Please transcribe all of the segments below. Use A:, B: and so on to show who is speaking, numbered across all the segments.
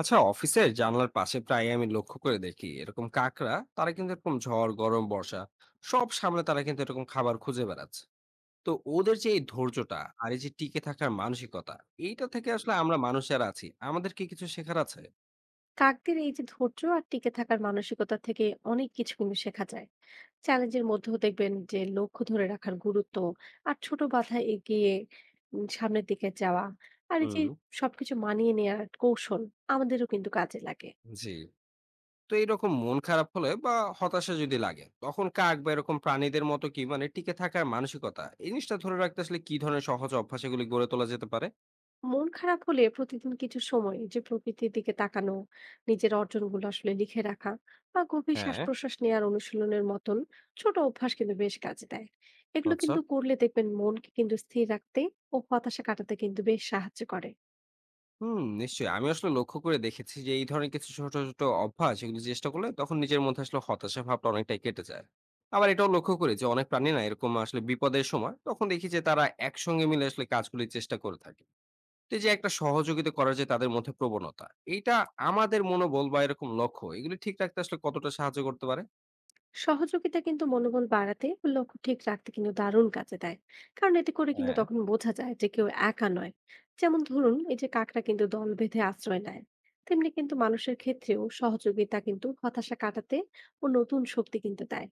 A: আচ্ছা, অফিসের জানলার পাশে প্রায় আমি লক্ষ্য করে দেখি এরকম কাকড়া তারা কিন্তু এরকম ঝড়, গরম, বর্ষা সব সামনে তারা কিন্তু এরকম খাবার খুঁজে বেড়াচ্ছে। তো ওদের যে এই ধৈর্যটা আর এই যে টিকে থাকার মানসিকতা, এইটা থেকে আসলে আমরা মানুষ যারা আছি আমাদের কি কিছু শেখার আছে?
B: কাকদের এই যে ধৈর্য আর টিকে থাকার মানসিকতা থেকে অনেক কিছু কিন্তু শেখা যায়। চ্যালেঞ্জের মধ্যেও দেখবেন যে লক্ষ্য ধরে রাখার গুরুত্ব আর ছোট বাধা এগিয়ে সামনের দিকে যাওয়া আর এই যে
A: হুম।
B: সবকিছু মানিয়ে নেওয়ার কৌশল আমাদেরও কিন্তু কাজে লাগে।
A: জি। তো এরকম মন খারাপ হলে বা হতাশা যদি লাগে তখন কাক বা এরকম প্রাণীদের মতো কি মানে টিকে থাকার মানসিকতা এই জিনিসটা ধরে রাখতে আসলে কি ধরনের সহজ অভ্যাস এগুলি গড়ে তোলা যেতে পারে?
B: মন খারাপ হলে প্রতিদিন কিছু সময় যে প্রকৃতির দিকে তাকানো, নিজের অর্জনগুলো আসলে লিখে রাখা বা গভীর শ্বাস
A: হ্যাঁ।
B: প্রশ্বাস নেওয়ার অনুশীলনের মতন ছোট অভ্যাস কিন্তু বেশ কাজে দেয়। এগুলো
A: আচ্ছা।
B: কিন্তু করলে দেখবেন মনকে কিন্তু স্থির রাখতে ও হতাশা কাটাতে কিন্তু বেশ সাহায্য করে।
A: হুম, নিশ্চয়ই। আমি আসলে লক্ষ্য করে দেখেছি যে এই ধরনের কিছু ছোট, ছোট অভ্যাস এগুলো চেষ্টা করলে তখন নিজের মধ্যে আসলে হতাশা ভাবটা অনেকটাই কেটে যায়। আবার এটাও লক্ষ্য করি যে অনেক প্রাণী না এরকম আসলে বিপদের সময় তখন দেখি যে তারা একসঙ্গে মিলে আসলে কাজগুলির চেষ্টা করে থাকে। তো এই যে একটা সহযোগিতা করার যে তাদের মধ্যে প্রবণতা, এইটা আমাদের মনোবল বা এরকম লক্ষ্য এগুলি ঠিক রাখতে আসলে কতটা সাহায্য করতে পারে?
B: সহযোগিতা কিন্তু মনোবল বাড়াতে ও লক্ষ্য ঠিক রাখতে কিন্তু দারুণ কাজে দেয়, কারণ এতে করে কিন্তু
A: হ্যাঁ।
B: তখন বোঝা যায় যে কেউ একা নয়। যেমন ধরুন এই যে কাকরা কিন্তু দল বেঁধে আশ্রয় নেয়, তেমনি কিন্তু মানুষের ক্ষেত্রেও সহযোগিতা কিন্তু হতাশা কাটাতে ও নতুন শক্তি কিন্তু দেয়।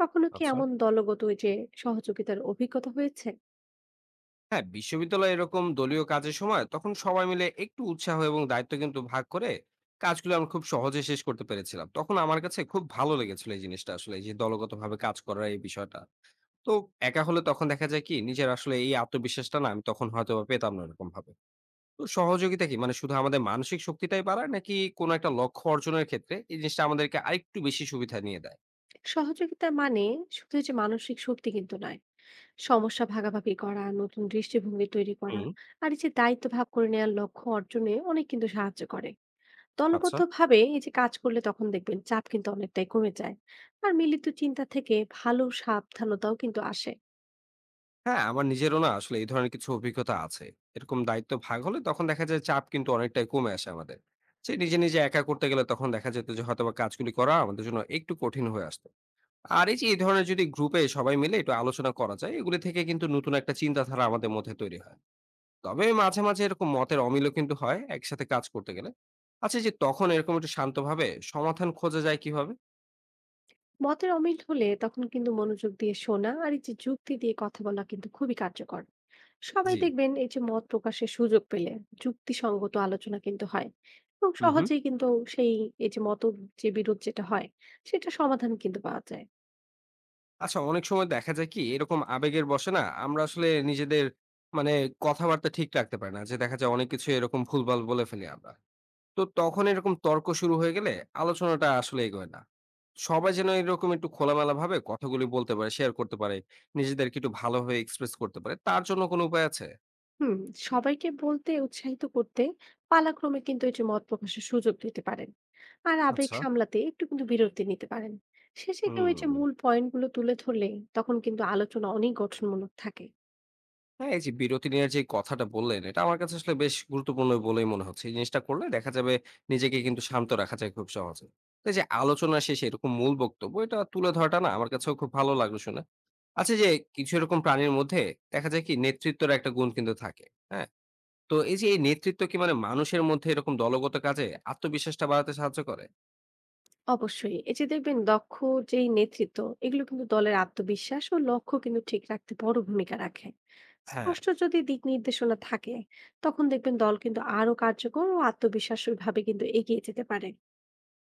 B: কখনো কি
A: আচ্ছা।
B: এমন দলগত ওই যে সহযোগিতার অভিজ্ঞতা হয়েছে?
A: হ্যাঁ, বিশ্ববিদ্যালয়ে এরকম দলীয় কাজের সময় তখন সবাই মিলে একটু উৎসাহ এবং দায়িত্ব কিন্তু ভাগ করে কাজগুলো আমরা খুব সহজে শেষ করতে পেরেছিলাম। তখন আমার কাছে খুব ভালো লেগেছিল এই জিনিসটা, আসলে এই যে দলগতভাবে কাজ করার এই বিষয়টা। তো একা হলে তখন দেখা যায় কি নিজের আসলে এই আত্মবিশ্বাসটা না আমি তখন হয়তো বা পেতাম না এরকম ভাবে। তো সহযোগিতা কি মানে শুধু আমাদের মানসিক শক্তিটাই বাড়ায় নাকি কোনো একটা লক্ষ্য অর্জনের ক্ষেত্রে এই জিনিসটা আমাদেরকে আরেকটু বেশি সুবিধা নিয়ে দেয়?
B: সহযোগিতা মানে শুধু এই যে মানসিক শক্তি কিন্তু নয়, সমস্যা ভাগাভাগি করা, নতুন দৃষ্টিভঙ্গি তৈরি করা
A: হুম।
B: আর এই যে দায়িত্ব ভাগ করে নেওয়ার লক্ষ্য অর্জনে অনেক কিন্তু সাহায্য করে।
A: আচ্ছা।
B: দলবদ্ধভাবে এই যে কাজ করলে তখন দেখবেন চাপ কিন্তু অনেকটাই কমে যায়। আর মিলিত চিন্তা থেকে ভালো সাবধানতাও কিন্তু আসে।
A: হ্যাঁ, আমার নিজেরও না আসলে এই ধরনের কিছু অভিজ্ঞতা আছে। এরকম দায়িত্ব ভাগ হলে তখন দেখা যায় চাপ কিন্তু অনেকটাই কমে আসে আমাদের। যে নিজে, নিজে একা করতে গেলে তখন দেখা যেত যে হয়তোবা কাজগুলি করা আমাদের জন্য একটু কঠিন হয়ে আসতো। আর এই যে এই ধরনের যদি গ্রুপে সবাই মিলে একটু আলোচনা করা যায়, এগুলি থেকে কিন্তু নতুন একটা চিন্তাধারা আমাদের মধ্যে তৈরি হয়। তবে মাঝে, মাঝে এরকম মতের অমিলও কিন্তু হয় একসাথে কাজ করতে গেলে। আচ্ছা, এই যে তখন এরকম একটু শান্তভাবে সমাধান খোঁজা যায় কিভাবে?
B: মতের অমিল হলে তখন কিন্তু মনোযোগ দিয়ে শোনা আর এই যে যুক্তি দিয়ে কথা বলা কিন্তু খুবই কার্যকর। সবাই
A: জি।
B: দেখবেন এই যে মত প্রকাশের সুযোগ পেলে যুক্তিসঙ্গত আলোচনা কিন্তু হয় এবং
A: হু, হু।
B: সহজেই কিন্তু সেই এই যে মত, যে বিরোধ যেটা হয়, সেটা সমাধান কিন্তু পাওয়া যায়।
A: আচ্ছা, অনেক সময় দেখা যায় কি এরকম আবেগের বশে না আমরা আসলে নিজেদের মানে কথাবার্তা ঠিক রাখতে পারি না, যে দেখা যায় অনেক কিছু এরকম ভুলভাল বলে ফেলি আমরা। তো তখন এরকম তর্ক শুরু হয়ে গেলে আলোচনাটা আসলে এগোয় না। সবাই যেন এরকম একটু খোলামেলা ভাবে কথাগুলি বলতে পারে, শেয়ার করতে পারে, নিজেদেরকে একটু ভালোভাবে এক্সপ্রেস করতে পারে, তার জন্য কোনো উপায় আছে?
B: হুম। সবাইকে বলতে উৎসাহিত করতে পালাক্রমে কিন্তু এই যে মত প্রকাশের সুযোগ দিতে পারেন। আর আবেগ
A: আচ্ছা।
B: সামলাতে একটু কিন্তু বিরতি নিতে পারেন। শেষে কেউ এই যে
A: হুম।
B: মূল পয়েন্টগুলো তুলে ধরলে তখন কিন্তু আলোচনা অনেক গঠনমূলক থাকে।
A: হ্যাঁ, এই যে বিরতি নেওয়ার যে কথাটা বললেন, এটা আমার কাছে আসলে বেশ গুরুত্বপূর্ণ বলেই মনে হচ্ছে। এই জিনিসটা করলে দেখা যাবে নিজেকে কিন্তু শান্ত রাখা যায় খুব সহজে। তো এই যে আলোচনা শেষে এরকম মূল বক্তব্য এটা তুলে ধরাটা না আমার কাছেও খুব ভালো লাগলো শুনে। আচ্ছা, যে কিছু এরকম প্রাণীর মধ্যে দেখা যায় কি নেতৃত্বের একটা গুণ কিন্তু থাকে। হ্যাঁ? তো এই যে এই নেতৃত্ব কি মানে মানুষের মধ্যে এরকম দলগত কাজে আত্মবিশ্বাসটা বাড়াতে সাহায্য করে?
B: অবশ্যই, এই যে দেখবেন দক্ষ যেই নেতৃত্ব, এগুলো কিন্তু দলের আত্মবিশ্বাস ও লক্ষ্য কিন্তু ঠিক রাখতে বড় ভূমিকা রাখে।
A: হ্যাঁ।
B: স্পষ্ট যদি দিক নির্দেশনা থাকে, তখন দেখবেন দল কিন্তু আরো কার্যকর ও আত্মবিশ্বাসী ভাবে কিন্তু এগিয়ে যেতে পারে।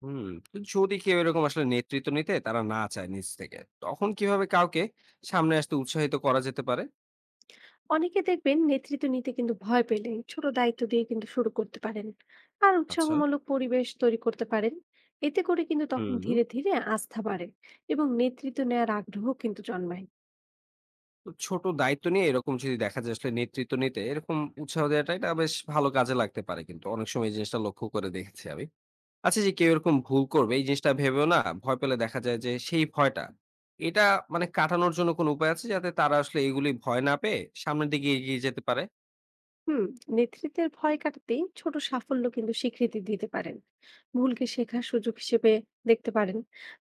A: হুম। তো যদি কেউ এরকম আসলে নেতৃত্ব নিতে তারা না চায় নিজ থেকে, তখন কিভাবে কাউকে সামনে আসতে উৎসাহিত করা যেতে পারে?
B: অনেকে দেখবেন নেতৃত্ব নিতে কিন্তু ভয় পেলে ছোট দায়িত্ব দিয়ে কিন্তু শুরু করতে পারেন। আর
A: আচ্ছা।
B: উৎসাহমূলক পরিবেশ তৈরি করতে পারেন। এতে করে কিন্তু তখন
A: হুম।
B: ধীরে ধীরে আস্থা বাড়ে এবং নেতৃত্ব নেওয়ার আগ্রহ কিন্তু জন্মায়।
A: তো ছোট দায়িত্ব নিয়ে এরকম যদি দেখা যায় আসলে নেতৃত্ব নিতে এরকম উৎসাহ দেওয়াটা এটা বেশ ভালো কাজে লাগতে পারে কিন্তু অনেক সময় এই জিনিসটা লক্ষ্য করে দেখেছি আমি। আচ্ছা, যে কেউ এরকম ভুল করবে এই জিনিসটা ভেবেও না ভয় পেলে দেখা যায় যে সেই ভয়টা এটা মানে কাটানোর জন্য কোনো উপায় আছে যাতে তারা আসলে এগুলি ভয় না পেয়ে সামনের দিকে এগিয়ে যেতে পারে?
B: হুম। নেতৃত্বের ভয় কাটাতে ছোট সাফল্য কিন্তু স্বীকৃতি দিতে পারেন। ভুলকে শেখার সুযোগ হিসেবে দেখতে পারেন।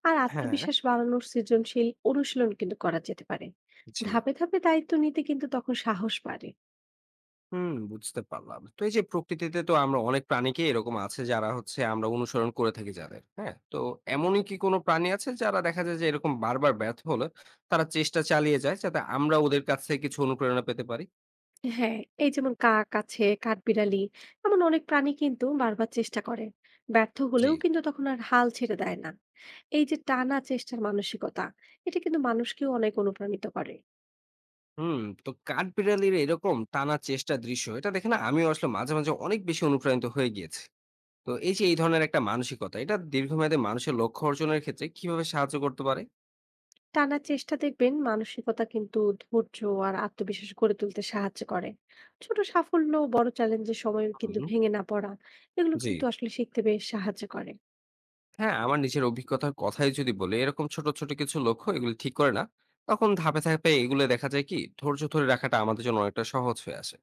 B: আর
A: হ্যাঁ।
B: আত্মবিশ্বাস বাড়ানোর সৃজনশীল অনুশীলন কিন্তু করা যেতে পারে।
A: জি।
B: ধাপে ধাপে দায়িত্ব নিতে কিন্তু তখন সাহস বাড়ে।
A: হুম, বুঝতে পারলাম। তো এই যে প্রকৃতিতে তো আমরা অনেক প্রাণীকে এরকম আছে যারা হচ্ছে আমরা অনুসরণ করে থাকি যাদের, হ্যাঁ? তো এমনই কি কোনো প্রাণী আছে যারা দেখা যায় যে এরকম বারবার ব্যর্থ হলে তারা চেষ্টা চালিয়ে যায় যাতে আমরা ওদের কাছ থেকে কিছু অনুপ্রেরণা পেতে পারি?
B: হ্যাঁ, এই যেমন কাক আছে, কাঠবিড়ালি, এমন অনেক প্রাণী কিন্তু বারবার চেষ্টা করে। ব্যর্থ
A: জি।
B: হলেও কিন্তু তখন আর হাল ছেড়ে দেয় না। এই যে টানা চেষ্টার মানসিকতা, এটা কিন্তু মানুষকেও অনেক অনুপ্রাণিত করে।
A: হুম। তো কাঠবিড়ালির এরকম টানা চেষ্টার দৃশ্য এটা দেখে না আমিও আসলে মাঝে, মাঝে অনেক বেশি অনুপ্রাণিত হয়ে গিয়েছি। তো এই যে এই ধরনের একটা মানসিকতা এটা দীর্ঘমেয়াদে মানুষের লক্ষ্য অর্জনের ক্ষেত্রে কিভাবে সাহায্য করতে পারে?
B: টানা চেষ্টা দেখবেন মানসিকতা কিন্তু ধৈর্য আর আত্মবিশ্বাস গড়ে তুলতে সাহায্য করে। ছোট সাফল্য, বড় চ্যালেঞ্জের সময়
A: হুম।
B: কিন্তু ভেঙে না পড়া, এগুলো
A: জি।
B: কিন্তু আসলে শিখতে বেশ সাহায্য করে।
A: হ্যাঁ, আমার নিজের অভিজ্ঞতার কথাই যদি বলি এরকম ছোট ছোট কিছু লক্ষ্য এগুলো ঠিক করে না তখন ধাপে ধাপে এগুলো দেখা যায় কি ধৈর্য ধরে রাখাটা আমাদের জন্য অনেকটা সহজ হয়ে আসে।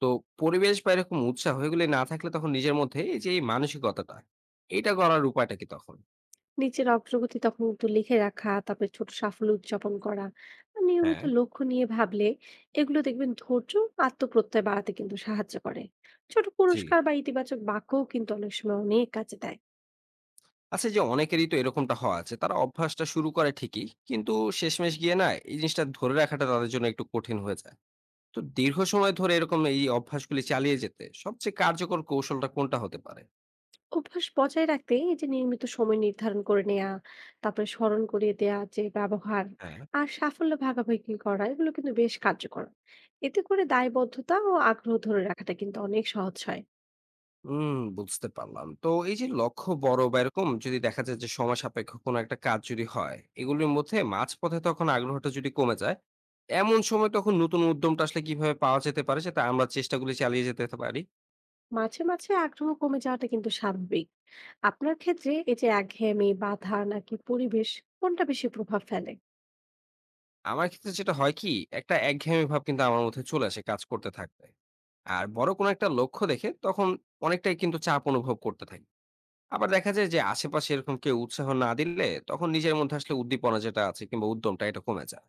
A: তো পরিবেশ বা এরকম উৎসাহ এগুলি না থাকলে তখন নিজের মধ্যে এই যে এই মানসিকতাটা এটা করার উপায়টা কি তখন?
B: নিজের অগ্রগতি তখন একটু লিখে রাখা, তারপরে ছোট সাফল্য উদযাপন করা, আর নিয়মিত
A: হ্যাঁ।
B: লক্ষ্য নিয়ে ভাবলে এগুলো দেখবেন ধৈর্য আর আত্মপ্রত্যয় বাড়াতে কিন্তু সাহায্য করে। ছোট
A: জি।
B: পুরস্কার বা ইতিবাচক বাক্যও কিন্তু অনেক সময় অনেক কাজে দেয়।
A: আচ্ছা, এই যে অনেকেরই তো এরকমটা হওয়া আছে তারা অভ্যাসটা শুরু করে ঠিকই কিন্তু শেষমেশ গিয়ে না এই জিনিসটা ধরে রাখাটা তাদের জন্য একটু কঠিন হয়ে যায়। তো দীর্ঘ সময় ধরে এরকম এই অভ্যাসগুলি চালিয়ে যেতে সবচেয়ে কার্যকর কৌশলটা কোনটা হতে পারে?
B: অভ্যাস বজায় রাখতে এই যে নিয়মিত সময় নির্ধারণ করে নেওয়া, তারপরে স্মরণ করিয়ে দেয়া যে ব্যবহার
A: হ্যাঁ।
B: আর সাফল্য ভাগাভাগি করা, এগুলো কিন্তু বেশ কার্যকর। এতে করে দায়বদ্ধতা ও আগ্রহ ধরে রাখাটা কিন্তু অনেক সহজ হয়।
A: হুম, বুঝতে পারলাম। তো এই যে লক্ষ্য বড় বা এরকম যদি দেখা যায় যে সময় সাপেক্ষ কোনো একটা কাজ যদি হয়, এগুলোর মধ্যে মাঝপথে তখন আগ্রহটা যদি কমে যায়, এমন সময় তখন নতুন উদ্যমটা আসলে কিভাবে পাওয়া যেতে পারে সেটা আমরা চেষ্টাগুলি চালিয়ে যেতে পারি।
B: মাঝে মাঝে আগ্রহ কমে যাওয়াটা কিন্তু স্বাভাবিক। আপনার ক্ষেত্রে এই যে একঘেয়েমি, বাধা নাকি পরিবেশ, কোনটা বেশি প্রভাব ফেলে?
A: আমার ক্ষেত্রে যেটা হয় কি একটা একঘেয়েমি ভাব কিন্তু আমার মধ্যে চলে আসে কাজ করতে থাকলে। আর বড় কোনো একটা লক্ষ্য দেখে তখন অনেকটাই কিন্তু চাপ অনুভব করতে থাকি। আবার দেখা যায় যে আশেপাশে এরকম কেউ উৎসাহ না দিলে তখন নিজের মধ্যে আসলে উদ্দীপনা যেটা আছে কিংবা উদ্যমটা এটা কমে যায়।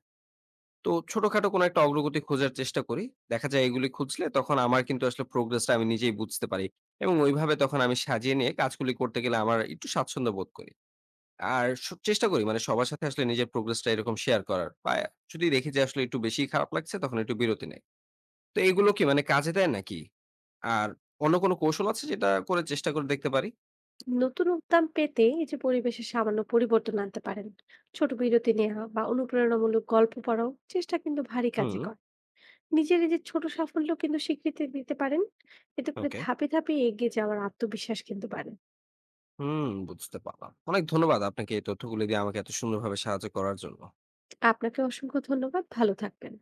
A: তো ছোটখাটো কোনো একটা অগ্রগতি খোঁজার চেষ্টা করি। দেখা যায় এগুলি খুঁজলে তখন আমার কিন্তু আসলে প্রোগ্রেসটা আমি নিজেই বুঝতে পারি। এবং ওইভাবে তখন আমি সাজিয়ে নিয়ে কাজগুলি করতে গেলে আমার একটু স্বাচ্ছন্দ্য বোধ করি। আর চেষ্টা করি মানে সবার সাথে আসলে নিজের প্রোগ্রেসটা এরকম শেয়ার করার। বা যদি দেখি যে আসলে একটু বেশি খারাপ লাগছে তখন একটু বিরতি নেই। তো এগুলো কি মানে কাজে দেয় নাকি? আর অন্য কোনো কৌশল আছে যেটা করে চেষ্টা করে দেখতে পারি?
B: নতুন উদ্যম পেতে এই যে পরিবেশে সামান্য পরিবর্তন আনতে পারেন। ছোট বিরতি নেওয়া বা অনুপ্রেরণামূলক গল্প পড়াও চেষ্টা কিন্তু ভারী কাজে
A: হুম,
B: করে। নিজের এই যে ছোট সাফল্য কিন্তু স্বীকৃতি দিতে পারেন। এতে করে
A: ওকে।
B: ধাপে ধাপে এগিয়ে যাওয়ার আত্মবিশ্বাস কিন্তু বাড়ে।
A: হুম, বুঝতে পারলাম। অনেক ধন্যবাদ আপনাকে এই তথ্যগুলি দিয়ে আমাকে এত সুন্দরভাবে সাহায্য করার জন্য।
B: আপনাকে অসংখ্য ধন্যবাদ, ভালো থাকবেন।